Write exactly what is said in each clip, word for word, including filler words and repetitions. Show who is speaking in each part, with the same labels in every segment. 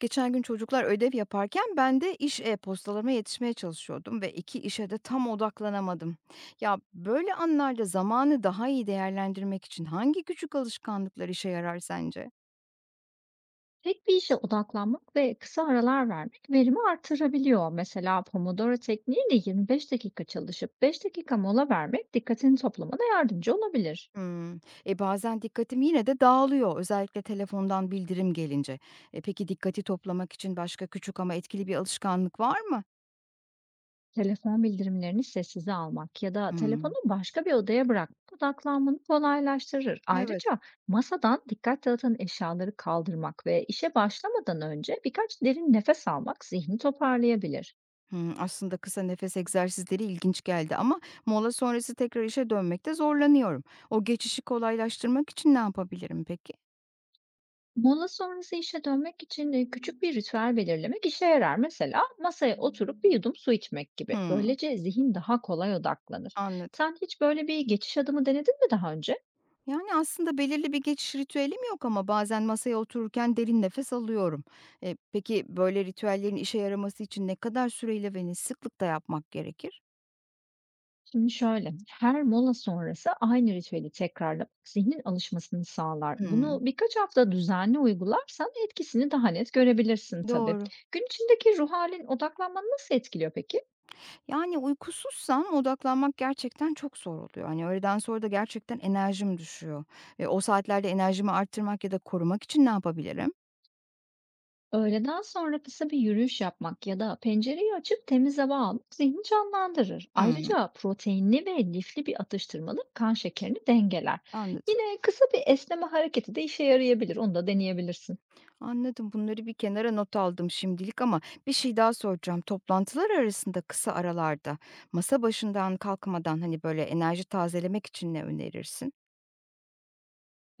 Speaker 1: Geçen gün çocuklar ödev yaparken ben de iş e-postalarıma yetişmeye çalışıyordum ve iki işe de tam odaklanamadım. Ya böyle anlarda zamanı daha iyi değerlendirmek için hangi küçük alışkanlıklar işe yarar sence?
Speaker 2: Tek bir işe odaklanmak ve kısa aralar vermek verimi artırabiliyor. Mesela Pomodoro tekniğiyle yirmi beş dakika çalışıp beş dakika mola vermek dikkatini toplamana yardımcı olabilir.
Speaker 1: Hmm. E bazen dikkatim yine de dağılıyor, özellikle telefondan bildirim gelince. E peki dikkati toplamak için başka küçük ama etkili bir alışkanlık var mı?
Speaker 2: Telefon bildirimlerini sessize almak ya da telefonu
Speaker 1: Hmm.
Speaker 2: başka bir odaya bırakmak odaklanmanı kolaylaştırır.
Speaker 1: Evet.
Speaker 2: Ayrıca masadan dikkat dağıtan eşyaları kaldırmak ve işe başlamadan önce birkaç derin nefes almak zihni toparlayabilir.
Speaker 1: Hımm, aslında kısa nefes egzersizleri ilginç geldi ama mola sonrası tekrar işe dönmekte zorlanıyorum. O geçişi kolaylaştırmak için ne yapabilirim peki?
Speaker 2: Mola sonrası işe dönmek için e, küçük bir ritüel belirlemek işe yarar. Mesela masaya oturup bir yudum su içmek gibi.
Speaker 1: Hımm,
Speaker 2: Böylece zihin daha kolay odaklanır.
Speaker 1: anladım.
Speaker 2: Sen hiç böyle bir geçiş adımı denedin mi daha önce?
Speaker 1: Yani, aslında belirli bir geçiş ritüelim yok ama bazen masaya otururken derin nefes alıyorum. Eee, peki böyle ritüellerin işe yaraması için ne kadar süreyle ve ne sıklıkta yapmak gerekir?
Speaker 2: Şimdi şöyle, her mola sonrası aynı ritüeli tekrarlamak zihnin alışmasını sağlar. Bunu
Speaker 1: Hımm,
Speaker 2: birkaç hafta düzenli uygularsan etkisini daha net görebilirsin tabii.
Speaker 1: doğru.
Speaker 2: Gün içindeki ruh halin odaklanmanı nasıl etkiliyor peki?
Speaker 1: Yani, uykusuzsam odaklanmak gerçekten çok zor oluyor. Hani, öğleden sonra da gerçekten enerjim düşüyor. Eee, o saatlerde enerjimi arttırmak ya da korumak için ne yapabilirim?
Speaker 2: Öğleden sonra kısa bir yürüyüş yapmak ya da pencereyi açıp temiz hava almak zihni canlandırır.
Speaker 1: Hımm,
Speaker 2: Ayrıca proteinli ve lifli bir atıştırmalık kan şekerini dengeler.
Speaker 1: anladım,
Speaker 2: Yine kısa bir esneme hareketi de işe yarayabilir. Onu da deneyebilirsin.
Speaker 1: anladım. Bunları bir kenara not aldım şimdilik ama bir şey daha soracağım. Toplantılar arasında kısa aralarda masa başından kalkmadan, hani, böyle, enerji tazelemek için ne önerirsin?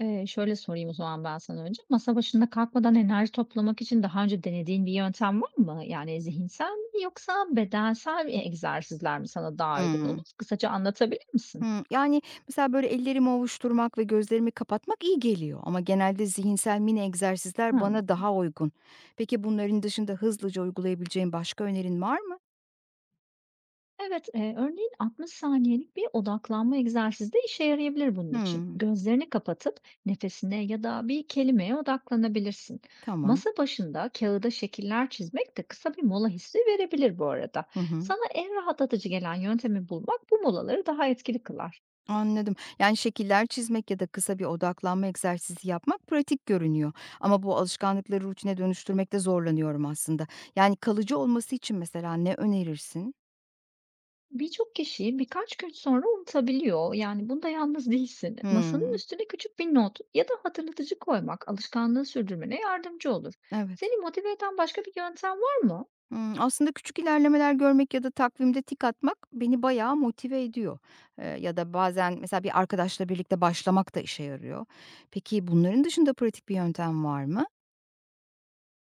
Speaker 2: Ee, şöyle sorayım o zaman ben sana önce. Masa başında kalkmadan enerji toplamak için daha önce denediğin bir yöntem var mı? Yani zihinsel mi yoksa bedensel mi egzersizler mi sana daha uygun
Speaker 1: Hımm.
Speaker 2: olur? Kısaca anlatabilir misin?
Speaker 1: Hımm. Yani, mesela, böyle, ellerimi ovuşturmak ve gözlerimi kapatmak iyi geliyor ama genelde zihinsel mini egzersizler
Speaker 2: Hı.
Speaker 1: bana daha uygun. Peki bunların dışında hızlıca uygulayabileceğim başka önerin var mı?
Speaker 2: Evet, eee, örneğin altmış saniyelik bir odaklanma egzersizi de işe yarayabilir bunun için.
Speaker 1: Hımm.
Speaker 2: Gözlerini kapatıp nefesine ya da bir kelimeye odaklanabilirsin.
Speaker 1: Tamam.
Speaker 2: Masa başında kağıda şekiller çizmek de kısa bir mola hissi verebilir bu arada.
Speaker 1: Hı hı.
Speaker 2: Sana en rahatlatıcı gelen yöntemi bulmak bu molaları daha etkili kılar.
Speaker 1: Anladım. Yani, şekiller çizmek ya da kısa bir odaklanma egzersizi yapmak pratik görünüyor ama bu alışkanlıkları rutine dönüştürmekte zorlanıyorum aslında. Yani, kalıcı olması için mesela ne önerirsin?
Speaker 2: Birçok kişi birkaç gün sonra unutabiliyor. Yani bunda yalnız değilsin. Masanın
Speaker 1: Hımm.
Speaker 2: üstüne küçük bir not ya da hatırlatıcı koymak alışkanlığı sürdürmene yardımcı olur.
Speaker 1: Evet.
Speaker 2: Seni motive eden başka bir yöntem var mı?
Speaker 1: Hımm, aslında küçük ilerlemeler görmek ya da takvimde tik atmak beni bayağı motive ediyor. Eee, ya da bazen mesela bir arkadaşla birlikte başlamak da işe yarıyor. Peki bunların dışında pratik bir yöntem var mı?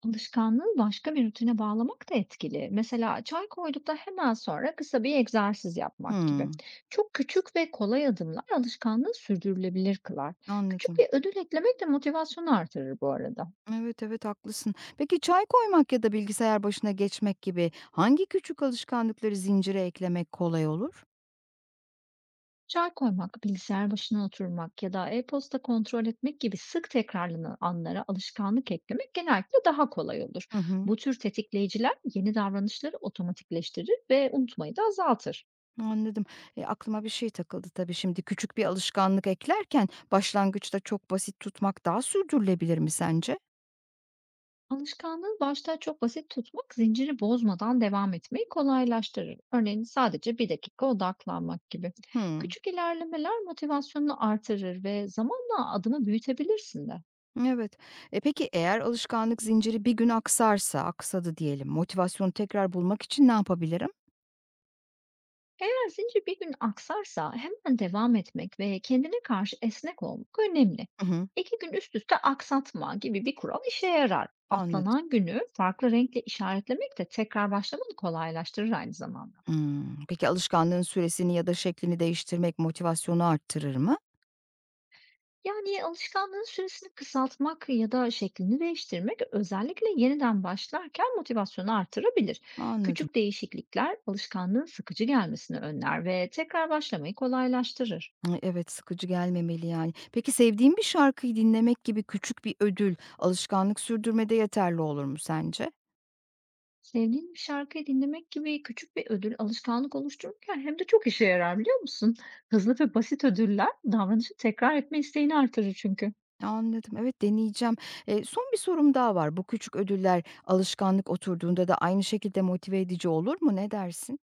Speaker 2: Alışkanlığı başka bir rutine bağlamak da etkili. Mesela çay koyduktan hemen sonra kısa bir egzersiz yapmak gibi.
Speaker 1: Hımm,
Speaker 2: Çok küçük ve kolay adımlar alışkanlığı sürdürülebilir kılar. Küçük
Speaker 1: anladım.
Speaker 2: bir ödül eklemek de motivasyonu artırır bu arada.
Speaker 1: Evet, evet, haklısın. Peki çay koymak ya da bilgisayar başına geçmek gibi hangi küçük alışkanlıkları zincire eklemek kolay olur?
Speaker 2: Çay koymak, bilgisayar başına oturmak ya da e-posta kontrol etmek gibi sık tekrarlanan anlara alışkanlık eklemek genellikle daha kolay olur.
Speaker 1: Hı hı,
Speaker 2: Bu tür tetikleyiciler yeni davranışları otomatikleştirir ve unutmayı da azaltır.
Speaker 1: anladım. E, aklıma bir şey takıldı tabii şimdi küçük bir alışkanlık eklerken başlangıçta çok basit tutmak daha sürdürülebilir mi sence?
Speaker 2: Alışkanlığı başta çok basit tutmak, zinciri bozmadan devam etmeyi kolaylaştırır. Örneğin sadece bir dakika odaklanmak gibi.
Speaker 1: Hıı.
Speaker 2: Küçük ilerlemeler motivasyonunu artırır ve zamanla adımı büyütebilirsin de.
Speaker 1: Evet. E, peki eğer alışkanlık zinciri bir gün aksarsa, aksadı diyelim, motivasyonu tekrar bulmak için ne yapabilirim?
Speaker 2: Eğer zincir bir gün aksarsa hemen devam etmek ve kendine karşı esnek olmak önemli.
Speaker 1: Hı hı,
Speaker 2: İki gün üst üste aksatma gibi bir kural işe yarar.
Speaker 1: anladım.
Speaker 2: Atlanan günü farklı renkle işaretlemek de tekrar başlamanı kolaylaştırır aynı zamanda.
Speaker 1: Hımm. Peki alışkanlığın süresini ya da şeklini değiştirmek motivasyonu arttırır mı?
Speaker 2: Yani alışkanlığın süresini kısaltmak ya da şeklini değiştirmek özellikle yeniden başlarken motivasyonu artırabilir.
Speaker 1: Anladım.
Speaker 2: Küçük değişiklikler alışkanlığın sıkıcı gelmesini önler ve tekrar başlamayı kolaylaştırır.
Speaker 1: Hı, evet, sıkıcı gelmemeli yani. Peki sevdiğin bir şarkıyı dinlemek gibi küçük bir ödül alışkanlık sürdürmede yeterli olur mu sence?
Speaker 2: Sevdiğin bir şarkıyı dinlemek gibi küçük bir ödül alışkanlık oluştururken hem de çok işe yarar biliyor musun? Hızlı ve basit ödüller davranışı tekrar etme isteğini artırır çünkü.
Speaker 1: Anladım. Evet, deneyeceğim. Eee, son bir sorum daha var. Bu küçük ödüller alışkanlık oturduğunda da aynı şekilde motive edici olur mu? Ne dersin?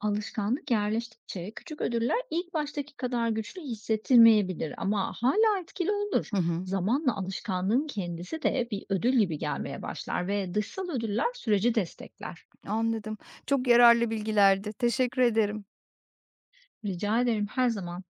Speaker 2: Alışkanlık yerleştikçe küçük ödüller ilk baştaki kadar güçlü hissettirmeyebilir ama hala etkili olur.
Speaker 1: Hı hı.
Speaker 2: Zamanla alışkanlığın kendisi de bir ödül gibi gelmeye başlar ve dışsal ödüller süreci destekler.
Speaker 1: Anladım. Çok yararlı bilgilerdi. Teşekkür ederim.
Speaker 2: Rica ederim her zaman.